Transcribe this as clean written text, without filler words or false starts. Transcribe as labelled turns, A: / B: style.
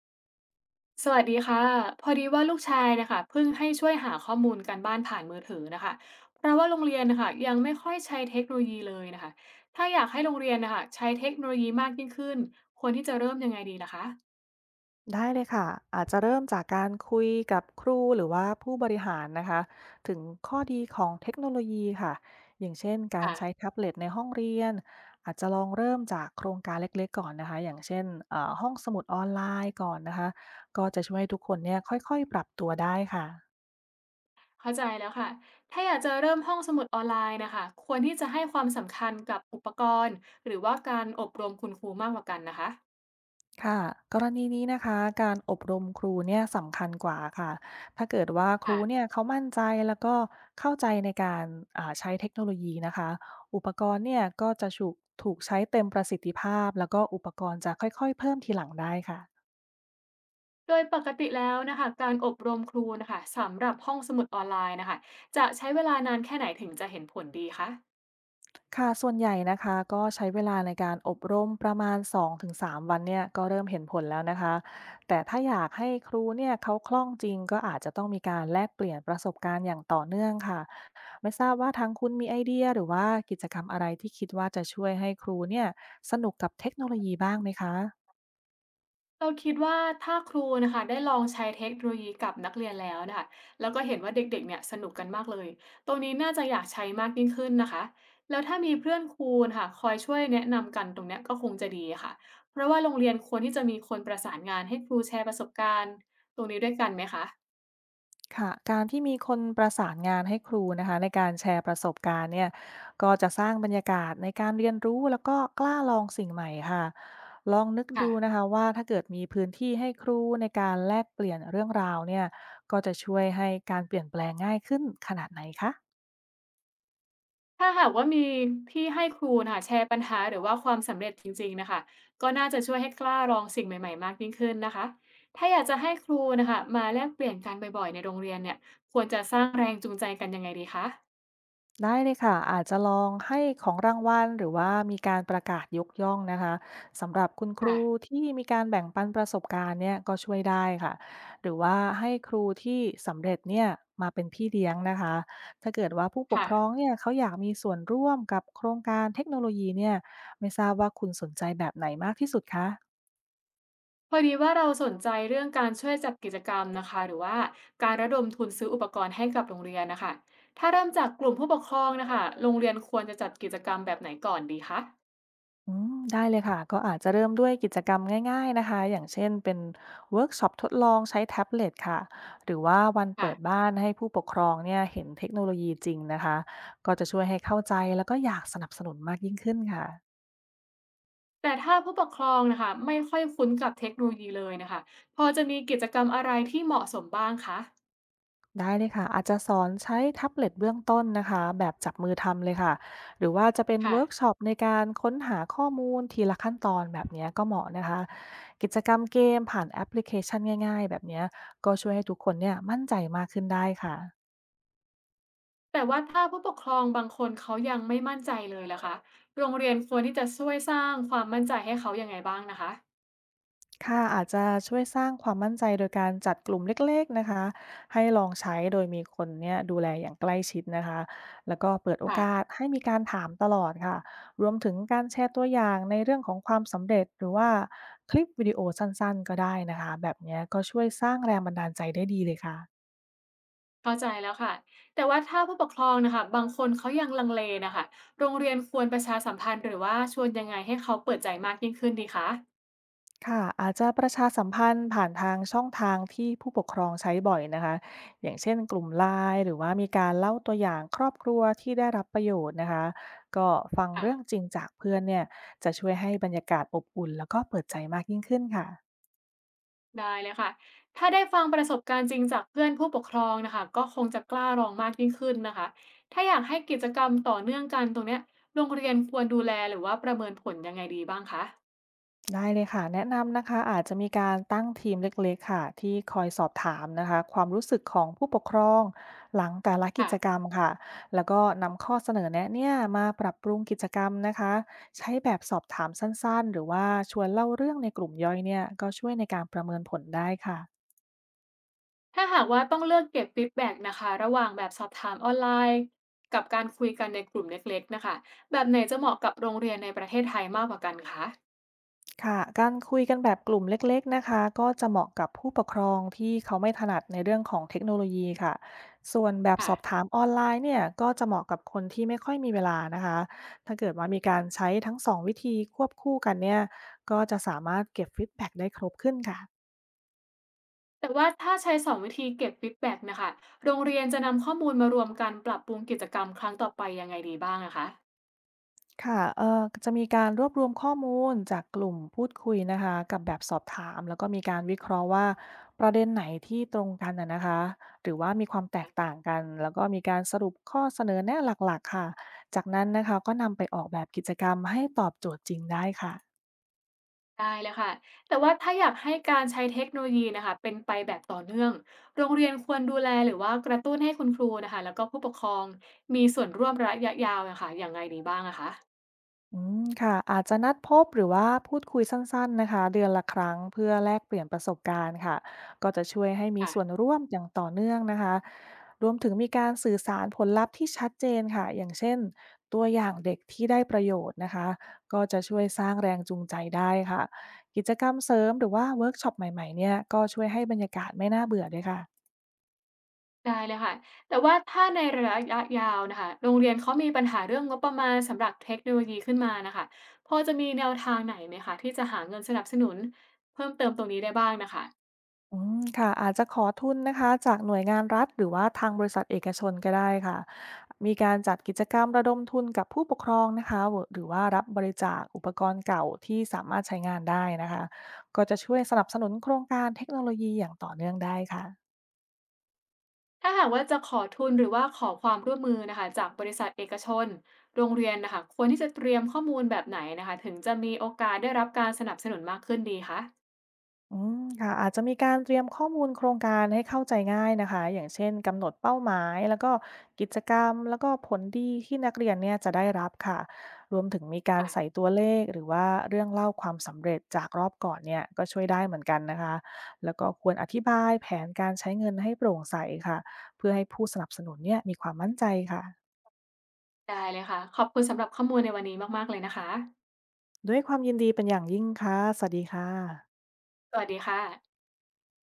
A: สวัสดีค่ะพอดีว่าลูกชายนะคะเพิ่งให้ช่วยหาข้อมูลการบ้านผ่านมือถือนะคะเพราะว่าโรงเรียนนะคะยังไม่ค่อยใช้เทคโนโลยีเลยนะคะถ้าอยากให้โรงเรียนนะคะใช้เทคโนโลยีมากยิ่งขึ้นควรที่จะเริ่มยังไงดีล่ะคะ
B: ได้เลยค่ะอาจจะเริ่มจากการคุยกับครูหรือว่าผู้บริหารนะคะถึงข้อดีของเทคโนโลยีค่ะอย่างเช่นการ
A: ค่ะ
B: ใช้แท็บเล็ตในห้องเรียนอาจจะลองเริ่มจากโครงการเล็กๆก่อนนะคะอย่างเช่นห้องสมุดออนไลน์ก่อนนะคะก็จะช่วยให้ทุกคนเนี่ยค่อยๆปรับตัวได้ค่ะ
A: เข้าใจแล้วค่ะถ้าอยากจะเริ่มห้องสมุดออนไลน์นะคะควรที่จะให้ความสำคัญกับอุปกรณ์หรือว่าการอบรมคุณครูมากกว่ากันนะคะ
B: ค่ะกรณีนี้นะคะการอบรมครูเนี่ยสำคัญกว่าค่ะถ้าเกิดว่าครูเนี่
A: ค่ะ
B: ยเขามั่นใจแล้วก็เข้าใจในการใช้เทคโนโลยีนะคะอุปกรณ์เนี่ยก็จะถูกใช้เต็มประสิทธิภาพแล้วก็อุปกรณ์จะค่อยๆเพิ่มทีหลังได้ค่ะ
A: โดยปกติแล้วนะคะการอบรมครูนะคะสำหรับห้องสมุดออนไลน์นะคะจะใช้เวลานานแค่ไหนถึงจะเห็นผลดีคะ
B: ค่ะ ส่วนใหญ่นะคะ ก็ใช้เวลาในการอบรมประมาณ2-3วันเนี่ยก็เริ่มเห็นผลแล้วนะคะ แต่ถ้าอยากให้ครูเนี่ยเขาคล่องจริงก็อาจจะต้องมีการแลกเปลี่ยนประสบการณ์อย่างต่อเนื่องค่ะ ไม่ทราบว่าทางคุณมีไอเดียหรือว่ากิจกรรมอะไรที่คิดว่าจะช่วยให้ครูเนี่ยสนุกกับเทคโนโลยีบ้างไหมคะ
A: เราคิดว่าถ้าครูนะคะได้ลองใช้เทคโนโลยีกับนักเรียนแล้วนะคะแล้วก็เห็นว่าเด็กๆเนี่ยสนุกกันมากเลยตรงนี้น่าจะอยากใช้มากยิ่งขึ้นนะคะแล้วถ้ามีเพื่อนครูนะคะคอยช่วยแนะนำกันตรงเนี้ยก็คงจะดีค่ะเพราะว่าโรงเรียนควรที่จะมีคนประสานงานให้ครูแชร์ประสบการณ์ตรงนี้ด้วยกันไหมคะ
B: ค่ะการที่มีคนประสานงานให้ครูนะคะในการแชร์ประสบการณ์เนี่ยก็จะสร้างบรรยากาศในการเรียนรู้แล้วก็กล้าลองสิ่งใหม่ค่ะลองนึกดูนะ
A: ค่ะ
B: คะว่าถ้าเกิดมีพื้นที่ให้ครูในการแลกเปลี่ยนเรื่องราวเนี่ยก็จะช่วยให้การเปลี่ยนแปลงง่ายขึ้นขนาดไหนคะ
A: ถ้าหากว่ามีที่ให้ครูน่ะแชร์ปัญหาหรือว่าความสำเร็จจริงๆนะคะก็น่าจะช่วยให้กล้าลองสิ่งใหม่ๆมากยิ่งขึ้นนะคะถ้าอยากจะให้ครูนะคะมาแลกเปลี่ยนกันบ่อยๆในโรงเรียนเนี่ยควรจะสร้างแรงจูงใจกันยังไงดีคะ
B: ได้เลยค่ะอาจจะลองให้ของรางวัลหรือว่ามีการประกาศยกย่องนะคะสำหรับคุณครู
A: ค่ะ
B: ที่มีการแบ่งปันประสบการณ์เนี่ยก็ช่วยได้ค่ะหรือว่าให้ครูที่สำเร็จเนี่ยมาเป็นพี่เลี้ยงนะคะถ้าเกิดว่าผู้ปก
A: ค่ะ
B: ครองเนี่ยเขาอยากมีส่วนร่วมกับโครงการเทคโนโลยีเนี่ยไม่ทราบว่าคุณสนใจแบบไหนมากที่สุดคะ
A: พอดีว่าเราสนใจเรื่องการช่วยจัดกิจกรรมนะคะหรือว่าการระดมทุนซื้ออุปกรณ์ให้กับโรงเรียนนะคะถ้าเริ่มจากกลุ่มผู้ปกครองนะคะโรงเรียนควรจะจัดกิจกรรมแบบไหนก่อนดีคะ
B: ได้เลยค่ะก็อาจจะเริ่มด้วยกิจกรรมง่ายๆนะคะอย่างเช่นเป็นเวิร์กช็อปทดลองใช้แท็บเล็ตค่ะหรือว่าวันเปิด
A: ค่ะ
B: บ้านให้ผู้ปกครองเนี่ยเห็นเทคโนโลยีจริงนะคะก็จะช่วยให้เข้าใจแล้วก็อยากสนับสนุนมากยิ่งขึ้นค่ะ
A: แต่ถ้าผู้ปกครองนะคะไม่ค่อยคุ้นกับเทคโนโลยีเลยนะคะพอจะมีกิจกรรมอะไรที่เหมาะสมบ้างคะ
B: ได้เลยค่ะอาจจะสอนใช้แท็บเล็ตเบื้องต้นนะคะแบบจับมือทำเลยค่ะหรือว่าจะเป็น
A: ค่ะ
B: เวิร์กช็อปในการค้นหาข้อมูลทีละขั้นตอนแบบเนี้ยก็เหมาะนะคะกิจกรรมเกมผ่านแอปพลิเคชันง่ายๆแบบเนี้ยก็ช่วยให้ทุกคนเนี่ยมั่นใจมากขึ้นได้ค่ะ
A: แต่ว่าถ้าผู้ปกครองบางคนเขายังไม่มั่นใจเลยล่ะคะโรงเรียนควรที่จะช่วยสร้างความมั่นใจให้เขายังไงบ้างนะคะ
B: ค่ะอาจจะช่วยสร้างความมั่นใจโดยการจัดกลุ่มเล็กๆนะคะให้ลองใช้โดยมีคนเนี่ยดูแลอย่างใกล้ชิดนะคะแล้วก็เปิดโอ
A: ค่ะ
B: กาสให้มีการถามตลอดค่ะรวมถึงการแชร์ตัวอย่างในเรื่องของความสำเร็จหรือว่าคลิปวิดีโอสั้นๆก็ได้นะคะแบบเนี้ยก็ช่วยสร้างแรงบันดาลใจได้ดีเลยค่ะ
A: เข้าใจแล้วค่ะแต่ว่าถ้าผู้ปกครองนะคะบางคนเขายังลังเลนะคะโรงเรียนควรประชาสัมพันธ์หรือว่าชวนยังไงให้เขาเปิดใจมากยิ่งขึ้นดีคะ
B: ค่ะอาจจะประชาสัมพันธ์ผ่านทางช่องทางที่ผู้ปกครองใช้บ่อยนะคะอย่างเช่นกลุ่มไลน์หรือว่ามีการเล่าตัวอย่างครอบครัวที่ได้รับประโยชน์นะคะก็ฟัง
A: ค่ะ
B: เรื่องจริงจากเพื่อนเนี่ยจะช่วยให้บรรยากาศอบอุ่นแล้วก็เปิดใจมากยิ่งขึ้นค่ะ
A: ได้เลยค่ะถ้าได้ฟังประสบการณ์จริงจากเพื่อนผู้ปกครองนะคะก็คงจะกล้าลองมากยิ่งขึ้นนะคะ ถ้าอยากให้กิจกรรมต่อเนื่องกันตรงเนี้ยโรงเรียนควรดูแลหรือว่าประเมินผลยังไงดีบ้างคะ
B: ได้เลยค่ะแนะนำนะคะอาจจะมีการตั้งทีมเล็กๆค่ะที่คอยสอบถามนะคะความรู้สึกของผู้ปกครองหลังแต่ละกิ
A: ค่ะ
B: จกรรมค่ะแล้วก็นำข้อเสนอแนะเนี่ยมาปรับปรุงกิจกรรมนะคะใช้แบบสอบถามสั้นๆหรือว่าชวนเล่าเรื่องในกลุ่มย่อยเนี่ยก็ช่วยในการประเมินผลได้ค่ะ
A: ถ้าหากว่าต้องเลือกเก็บฟีดแบ็กนะคะระหว่างแบบสอบถามออนไลน์กับการคุยกันในกลุ่มเล็กๆนะคะ แบบไหนจะเหมาะกับโรงเรียนในประเทศไทยมากกว่ากันคะ
B: ค่ะการคุยกันแบบกลุ่มเล็กๆนะคะก็จะเหมาะกับผู้ปกครองที่เขาไม่ถนัดในเรื่องของเทคโนโลยีค่ะส่วนแบบส
A: ค่ะ
B: อบถามออนไลน์เนี่ยก็จะเหมาะกับคนที่ไม่ค่อยมีเวลานะคะถ้าเกิดว่ามีการใช้ทั้งสองวิธีควบคู่กันเนี่ยก็จะสามารถเก็บฟีดแบ็กได้ครบขึ้นค่ะ
A: แต่ว่าถ้าใช้สองวิธีเก็บฟีดแบ็กนะคะโรงเรียนจะนำข้อมูลมารวมกันปรับปรุงกิจกรรมครั้งต่อไปยังไงดีบ้างนะคะ
B: ค่ะจะมีการรวบรวมข้อมูลจากกลุ่มพูดคุยนะคะ กับแบบสอบถาม แล้วก็มีการวิเคราะห์ว่าประเด็นไหนที่ตรงกันนะคะ หรือว่ามีความแตกต่างกัน แล้วก็มีการสรุปข้อเสนอแนะหลักๆค่ะ จากนั้นนะคะ ก็นำไปออกแบบกิจกรรมให้ตอบโจทย์จริงได้ค่ะ
A: ได้เลยค่ะแต่ว่าถ้าอยากให้การใช้เทคโนโลยีนะคะเป็นไปแบบต่อเนื่อง โรงเรียนควรดูแลหรือว่ากระตุ้นให้คุณครูนะคะแล้วก็ผู้ปกครองมีส่วนร่วมระยะยาวนะคะอย่างไรดีบ้างนะคะ
B: ค่ะอาจจะนัดพบหรือว่าพูดคุยสั้นๆนะคะเดือนละครั้งเพื่อแลกเปลี่ยนประสบการณ์ค่ะก็จะช่วยให้มีส่วน
A: ค่ะ
B: ร่วมอย่างต่อเนื่องนะคะรวมถึงมีการสื่อสารผลลัพธ์ที่ชัดเจนค่ะอย่างเช่นตัวอย่างเด็กที่ได้ประโยชน์นะคะก็จะช่วยสร้างแรงจูงใจได้ค่ะกิจกรรมเสริมหรือว่าเวิร์กช็อปใหม่ๆเนี่ยก็ช่วยให้บรรยากาศไม่น่าเบื่อด้วยค่ะ
A: ได้เลยค่ะแต่ว่าถ้าในระยะยาวนะคะโรงเรียนเขามีปัญหาเรื่องงบประมาณสำหรับเทคโนโลยีขึ้นมานะคะพอจะมีแนวทางไหนไหมคะที่จะหาเงินสนับสนุนเพิ่มเติมตรงนี้ได้บ้างนะคะ
B: ค่ะอาจจะขอทุนนะคะจากหน่วยงานรัฐหรือว่าทางบริษัทเอกชนก็ได้ค่ะมีการจัดกิจกรรมระดมทุนกับผู้ปกครองนะคะหรือว่ารับบริจาคอุปกรณ์เก่าที่สามารถใช้งานได้นะคะก็จะช่วยสนับสนุนโครงการเทคโนโลยีอย่างต่อเนื่องได้ค่ะ
A: ถ้าหากว่าจะขอทุนหรือว่าขอความร่วมมือนะคะจากบริษัทเอกชนโรงเรียนนะคะควรที่จะเตรียมข้อมูลแบบไหนนะคะถึงจะมีโอกาสได้รับการสนับสนุนมากขึ้นดีคะ
B: ค่ะอาจจะมีการเตรียมข้อมูลโครงการให้เข้าใจง่ายนะคะอย่างเช่นกำหนดเป้าหมายแล้วก็กิจกรรมแล้วก็ผลดีที่นักเรียนเนี่ยจะได้รับค่ะรวมถึงมีการใส่
A: ค่ะ
B: ตัวเลขหรือว่าเรื่องเล่าความสำเร็จจากรอบก่อนเนี่ยก็ช่วยได้เหมือนกันนะคะแล้วก็ควรอธิบายแผนการใช้เงินให้โปร่งใสค่ะเพื่อให้ผู้สนับสนุนเนี่ยมีความมั่นใจค่ะ
A: ได้เลยค่ะ ขอบคุณสำหรับข้อมูลในวันนี้มากๆเลยนะคะ
B: ด้วยความยินดีเป็นอย่างยิ่งค่ะสวัสดีค่ะ
A: สวัสดีค่ะ